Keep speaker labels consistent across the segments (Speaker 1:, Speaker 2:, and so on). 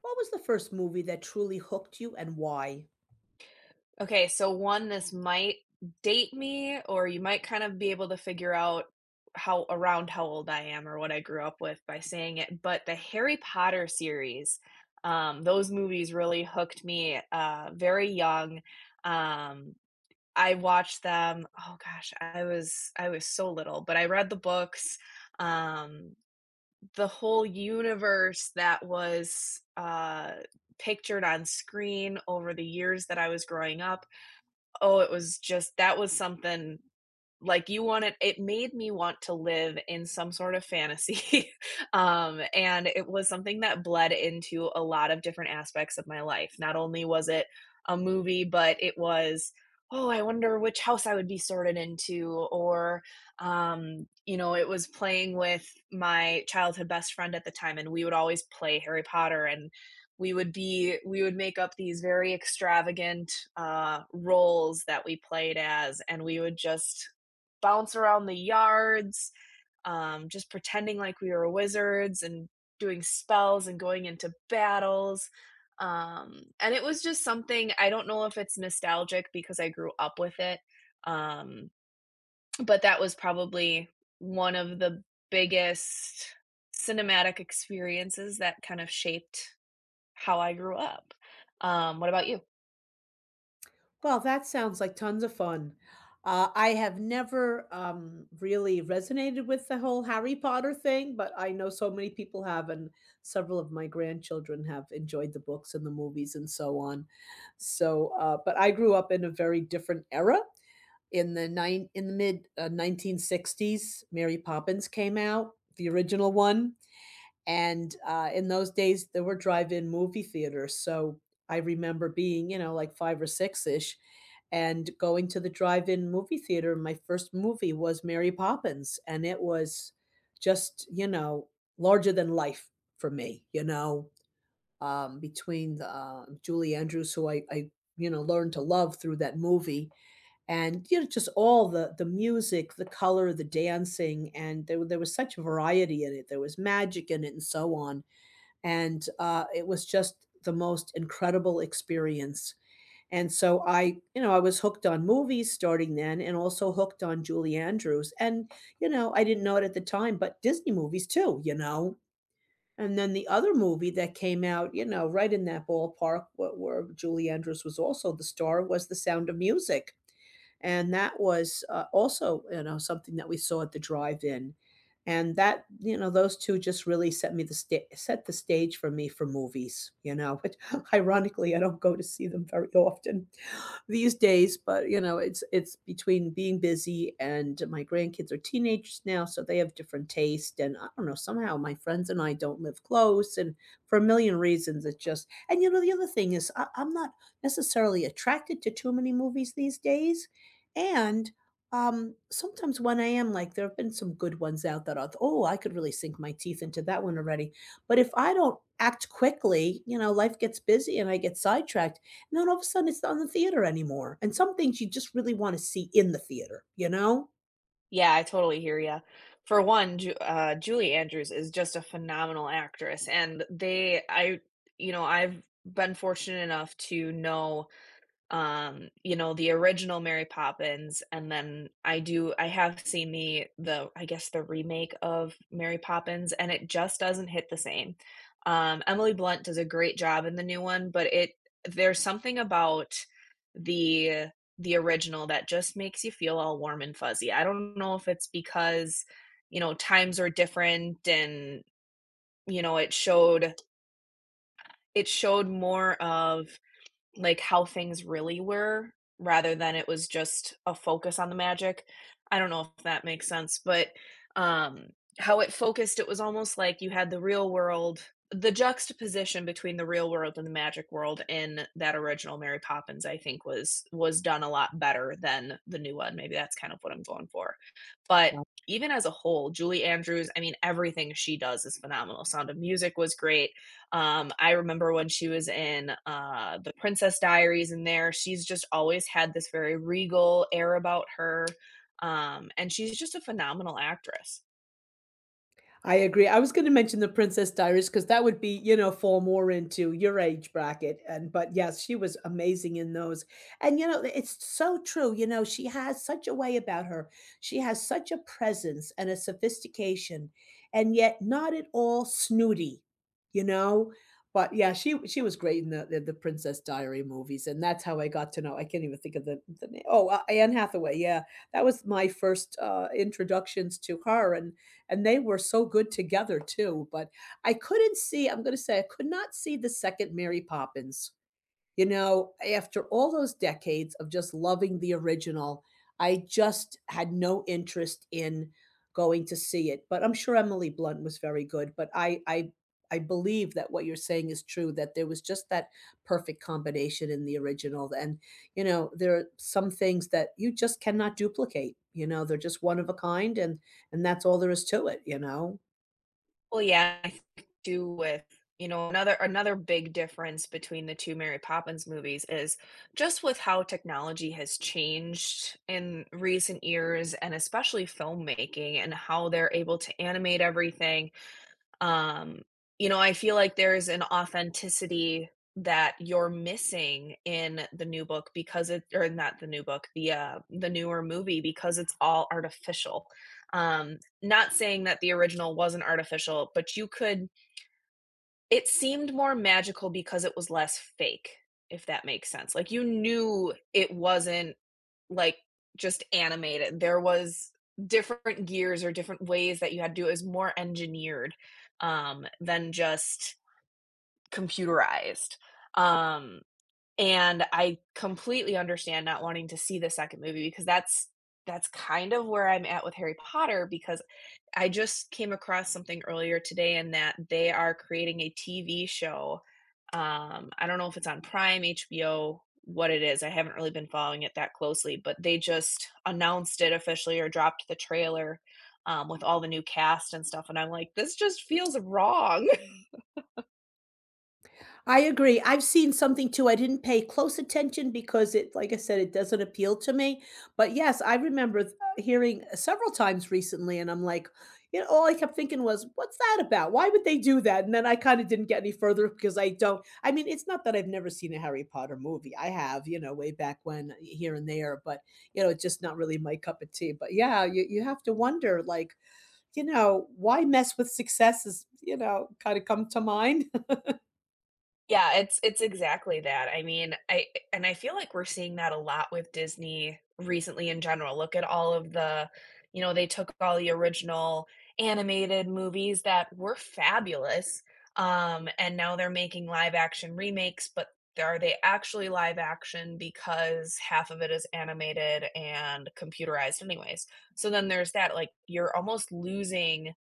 Speaker 1: What was the first movie that truly hooked you and why?
Speaker 2: Okay, so one, this might date me, or you might kind of be able to figure out how around how old I am or what I grew up with by saying it. But the Harry Potter series, those movies really hooked me very young. Um, I watched them. Oh gosh, I was so little, but I read the books. Um, the whole universe that was pictured on screen over the years that I was growing up, oh, it was just that was something like you wanted, it made me want to live in some sort of fantasy. And it was something that bled into a lot of different aspects of my life. Not only was it a movie, but it was, oh, I wonder which house I would be sorted into. Or, it was playing with my childhood best friend at the time, and we would always play Harry Potter. And we would make up these very extravagant roles that we played as, and we would just bounce around the yards, just pretending like we were wizards and doing spells and going into battles. And it was just something, I don't know if it's nostalgic because I grew up with it. um, but that was probably one of the biggest cinematic experiences that kind of shaped how I grew up. What about you?
Speaker 1: Well, that sounds like tons of fun. I have never really resonated with the whole Harry Potter thing, but I know so many people have, and several of my grandchildren have enjoyed the books and the movies and so on. So, but I grew up in a very different era. In the mid nineteen sixties, Mary Poppins came out, the original one. And in those days, there were drive-in movie theaters. So I remember being, you know, like five or six ish and going to the drive-in movie theater. My first movie was Mary Poppins, and it was just, you know, larger than life for me, you know, between the Julie Andrews, who I, you know, learned to love through that movie. And you know, just all the music, the color, the dancing, and there was such variety in it. There was magic in it, and so on. And it was just the most incredible experience. And so I, was hooked on movies starting then, and also hooked on Julie Andrews. And you know, I didn't know it at the time, but Disney movies too. You know, and then the other movie that came out, you know, right in that ballpark where Julie Andrews was also the star, was The Sound of Music. And that was also, you know, something that we saw at the drive-in. And that, you know, those two just really set the stage for me for movies, you know. But ironically, I don't go to see them very often these days, but you know, it's between being busy and my grandkids are teenagers now, so they have different taste. And I don't know, somehow my friends and I don't live close, and for a million reasons, it's just. And you know, the other thing is, I'm not necessarily attracted to too many movies these days, and sometimes when I am, like, there have been some good ones out that are, oh, I could really sink my teeth into that one already. But if I don't act quickly, you know, life gets busy and I get sidetracked, and then all of a sudden, it's not in the theater anymore, and some things you just really wanna see in the theater, you know?
Speaker 2: Yeah, I totally hear you. For one, Julie Andrews is just a phenomenal actress, and you know, I've been fortunate enough to know, you know, the original Mary Poppins, and then I have seen the I guess the remake of Mary Poppins, and it just doesn't hit the same. Emily Blunt does a great job in the new one, but it, there's something about the the original that just makes you feel all warm and fuzzy. I don't know if it's because, you know, times are different, and, you know, it showed more of like how things really were, rather than it was just a focus on the magic. I don't know if that makes sense, but um how it focused, it was almost like you had the real world, the juxtaposition between the real world and the magic world in that original Mary Poppins, I think, was done a lot better than the new one. Maybe that's kind of what I'm going for. But even as a whole, Julie Andrews, I mean, everything she does is phenomenal. Sound of Music was great. I remember when she was in the Princess Diaries. In there, she's just always had this very regal air about her. And she's just a phenomenal actress.
Speaker 1: I agree. I was going to mention the Princess Diaries because that would be, you know, fall more into your age bracket. And but yes, she was amazing in those. And you know, it's so true. You know, she has such a way about her. She has such a presence and a sophistication, and yet not at all snooty. You know, but yeah, she was great in the the Princess Diary movies, and that's how I got to know. I can't even think of the name. Oh, Anne Hathaway. Yeah, that was my first introductions to her, and they were so good together too. But I couldn't see, I'm going to say, I could not see the second Mary Poppins, you know, after all those decades of just loving the original, I just had no interest in going to see it. But I'm sure Emily Blunt was very good. But I believe that what you're saying is true. That there was just that perfect combination in the original, and you know, there are some things that you just cannot duplicate. You know, they're just one of a kind, and that's all there is to it. You know.
Speaker 2: Well, yeah, I think too, with you know, another big difference between the two Mary Poppins movies is just with how technology has changed in recent years, and especially filmmaking, and how they're able to animate everything. Um, you know, I feel like there's an authenticity that you're missing in the new book because it, or not the new book, the the newer movie, because it's all artificial. Not saying that the original wasn't artificial, but you could, it seemed more magical because it was less fake, if that makes sense. Like you knew it wasn't, like, just animated. There was different gears or different ways that you had to do it. It was more engineered than just computerized. Um, and I completely understand not wanting to see the second movie, because that's kind of where I'm at with Harry Potter, because I just came across something earlier today in that they are creating a TV show. I don't know if it's on Prime, HBO, what it is. I haven't really been following it that closely, but they just announced it officially or dropped the trailer, with all the new cast and stuff. And I'm like, this just feels wrong.
Speaker 1: I agree. I've seen something too. I didn't pay close attention because it, like I said, it doesn't appeal to me. But yes, I remember hearing several times recently, and I'm like, you know, all I kept thinking was, what's that about? Why would they do that? And then I kind of didn't get any further because I don't. I mean, it's not that I've never seen a Harry Potter movie. I have, you know, way back when, here and there, but, you know, it's just not really my cup of tea. But yeah, you have to wonder, like, you know, why mess with success is, you know, kind of come to mind.
Speaker 2: Yeah, it's exactly that. I mean, I, and I feel like we're seeing that a lot with Disney recently in general. Look at all of the, you know, they took all the original animated movies that were fabulous, and now they're making live action remakes, but are they actually live action because half of it is animated and computerized anyways? So then there's that, like, you're almost losing,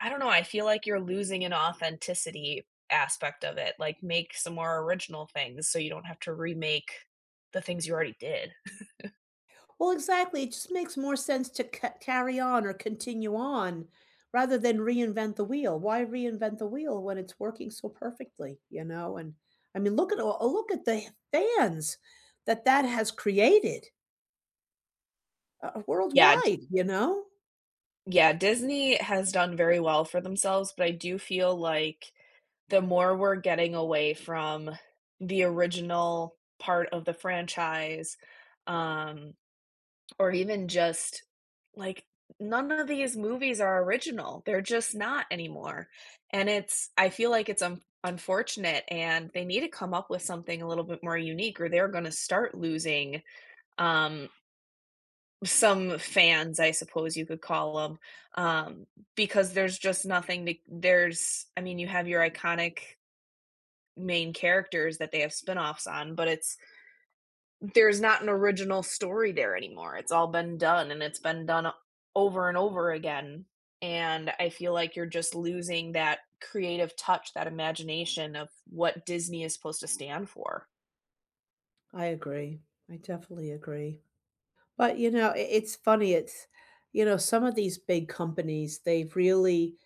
Speaker 2: I don't know, I feel like you're losing an authenticity aspect of it, like, make some more original things so you don't have to remake the things you already did.
Speaker 1: Well, exactly. It just makes more sense to c carry on or continue on rather than reinvent the wheel. Why reinvent the wheel when it's working so perfectly, you know? And I mean, look at all, oh, look at the fans that has created,
Speaker 2: Yeah,
Speaker 1: worldwide, you know?
Speaker 2: yeah, Disney has done very well for themselves, but I do feel like the more we're getting away from the original part of the franchise, um, or even just, like, none of these movies are original, they're just not anymore, and it's, I feel like it's un unfortunate, and they need to come up with something a little bit more unique or they're gonna start losing, um, some fans, I suppose you could call them, um, because there's just nothing to, there's, I mean, you have your iconic main characters that they have spinoffs on, but it's, there's not an original story there anymore. It's all been done, and it's been done over and over again. And I feel like you're just losing that creative touch, that imagination of what Disney is supposed to stand for.
Speaker 1: I agree. I definitely agree. But, you know, I it's funny. It's, you know, some of these big companies, they've really,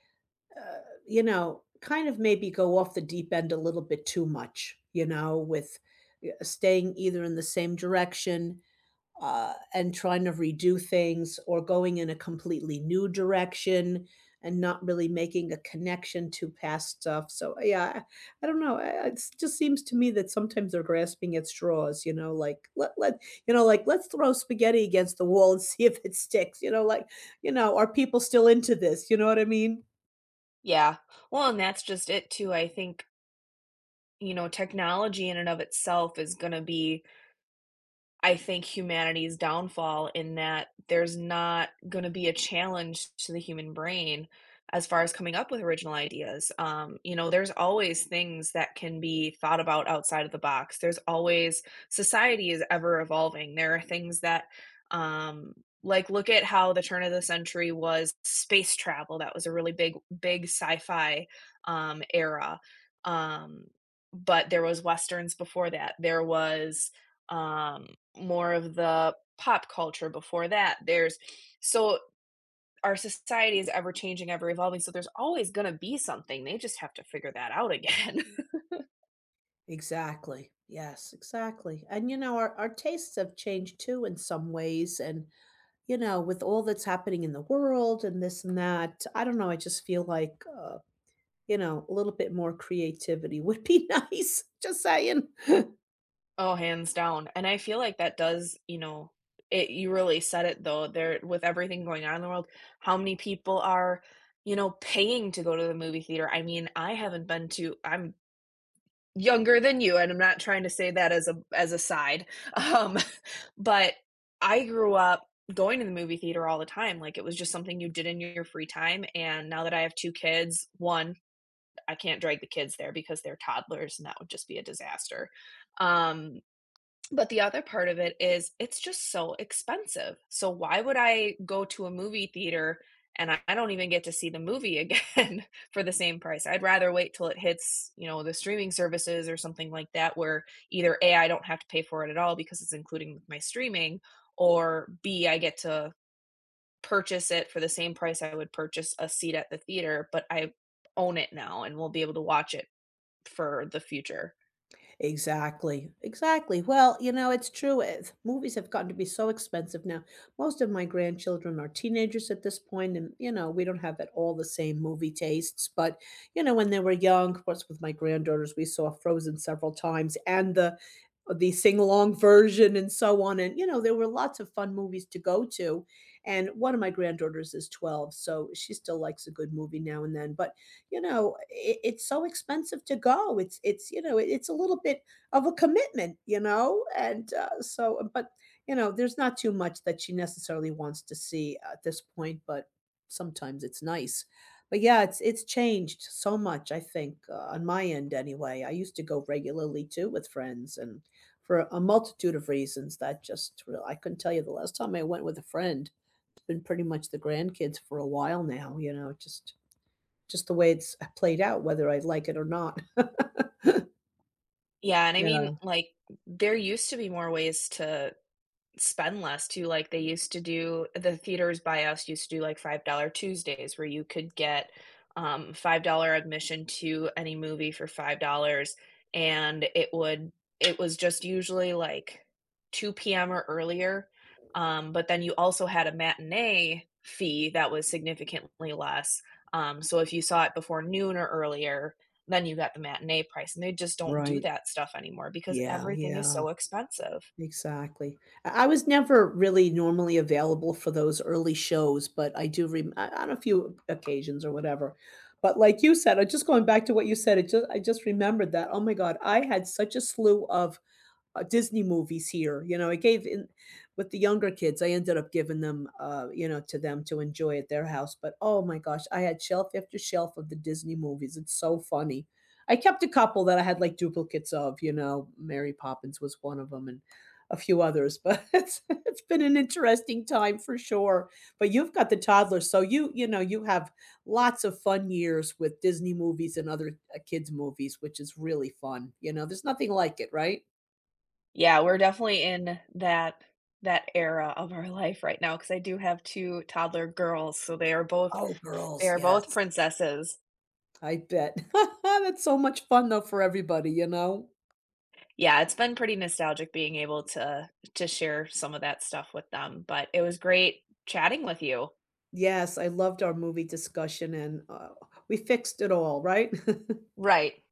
Speaker 1: uh, you know, kind of maybe go off the deep end a little bit too much, you know, with staying either in the same direction, and trying to redo things or going in a completely new direction and not really making a connection to past stuff. So, yeah, I don't know. It just seems to me that sometimes they're grasping at straws, you know, like, you know, like, let's throw spaghetti against the wall and see if it sticks, you know, like, you know, are people still into this? You know what I mean?
Speaker 2: Yeah. Well, and that's just it too. I think, you know, technology in and of itself is going to be, I think, humanity's downfall in that there's not gonna be a challenge to the human brain as far as coming up with original ideas. You know, there's always things that can be thought about outside of the box. There's always, society is ever evolving. There are things that, um, like, look at how the turn of the century was space travel. That was a really big, big sci-fi era. Um, but there was westerns before that. There was um, more of the pop culture before that. There's so, our society is ever changing, ever evolving. So there's always going to be something. They just have to figure that out again.
Speaker 1: Exactly. Yes, exactly. And you know, our tastes have changed too in some ways. And, you know, with all that's happening in the world and this and that, I don't know. I just feel like, you know, a little bit more creativity would be nice. Just saying.
Speaker 2: Oh, hands down, and I feel like that does, you know, it, you really said it though, there, with everything going on in the world, how many people are, you know, paying to go to the movie theater? I mean, I haven't been to, I'm younger than you, and I'm not trying to say that as a side, um, but I grew up going to the movie theater all the time, like, it was just something you did in your free time, and now that I have 2 kids, 1, I can't drag the kids there because they're toddlers, and that would just be a disaster, um, but the other part of it is it's just so expensive. So why would I go to a movie theater, and I don't even get to see the movie again for the same price? I'd rather wait till it hits, you know, the streaming services or something like that where either A, I don't have to pay for it at all because it's including with my streaming, or B, I get to purchase it for the same price I would purchase a seat at the theater, but I own it now and will be able to watch it for the future.
Speaker 1: Exactly, exactly. Well, you know, it's true. It, movies have gotten to be so expensive now. Most of my grandchildren are teenagers at this point, and you know, we don't have at all the same movie tastes. But you know, when they were young, of course, with my granddaughters, we saw Frozen several times, and the sing along version, and so on. And you know, there were lots of fun movies to go to. And one of my granddaughters is 12, so she still likes a good movie now and then. But you know, it's so expensive to go. It's you know, it's a little bit of a commitment, you know, and so, but you know, there's not too much that she necessarily wants to see at this point, but sometimes it's nice. But yeah, it's changed so much. I think on my end, anyway. I used to go regularly too with friends, and for a multitude of reasons that just real I couldn't tell you the last time I went with a friend. It's been pretty much the grandkids for a while now. You know, just the way it's played out, whether I like it or not.
Speaker 2: Yeah, and I mean,
Speaker 1: Yeah,
Speaker 2: like, there used to be more ways to spend less too, like, they used to do, the theaters by us used to do, like, $5 Tuesdays where you could get, $5 admission to any movie for $5, and it would, it was just usually, like, 2 p.m. or earlier, but then you also had a matinee fee that was significantly less, so if you saw it before noon or earlier, then you got the matinee price, and they just don't do
Speaker 1: right.
Speaker 2: that stuff anymore because
Speaker 1: Yeah,
Speaker 2: everything is
Speaker 1: yeah,
Speaker 2: so expensive.
Speaker 1: exactly. I was never really normally available for those early shows, but I do on a few occasions or whatever. But like you said, I just going back to what you said, it just I just remembered that. Oh my God, I had such a slew of Disney movies here. You know, I gave in with the younger kids. I ended up giving them, you know, to them to enjoy at their house. But oh my gosh, I had shelf after shelf of the Disney movies. It's so funny. I kept a couple that I had like duplicates of. You know, Mary Poppins was one of them, and a few others. But it's been an interesting time for sure. But you've got the toddlers, so you know you have lots of fun years with Disney movies and other kids movies, which is really fun. You know, there's nothing like it, right?
Speaker 2: Yeah, we're definitely in that that era of our life right now because I do have 2 toddler girls, so they are both,
Speaker 1: Oh,
Speaker 2: they
Speaker 1: girls,
Speaker 2: are both
Speaker 1: yes.
Speaker 2: princesses.
Speaker 1: I bet. That's so much fun though for everybody, you know?
Speaker 2: Yeah, it's been pretty nostalgic being able to share some of that stuff with them, but it was great chatting with you.
Speaker 1: Yes, I loved our movie discussion and, we fixed it all, right?
Speaker 2: Right.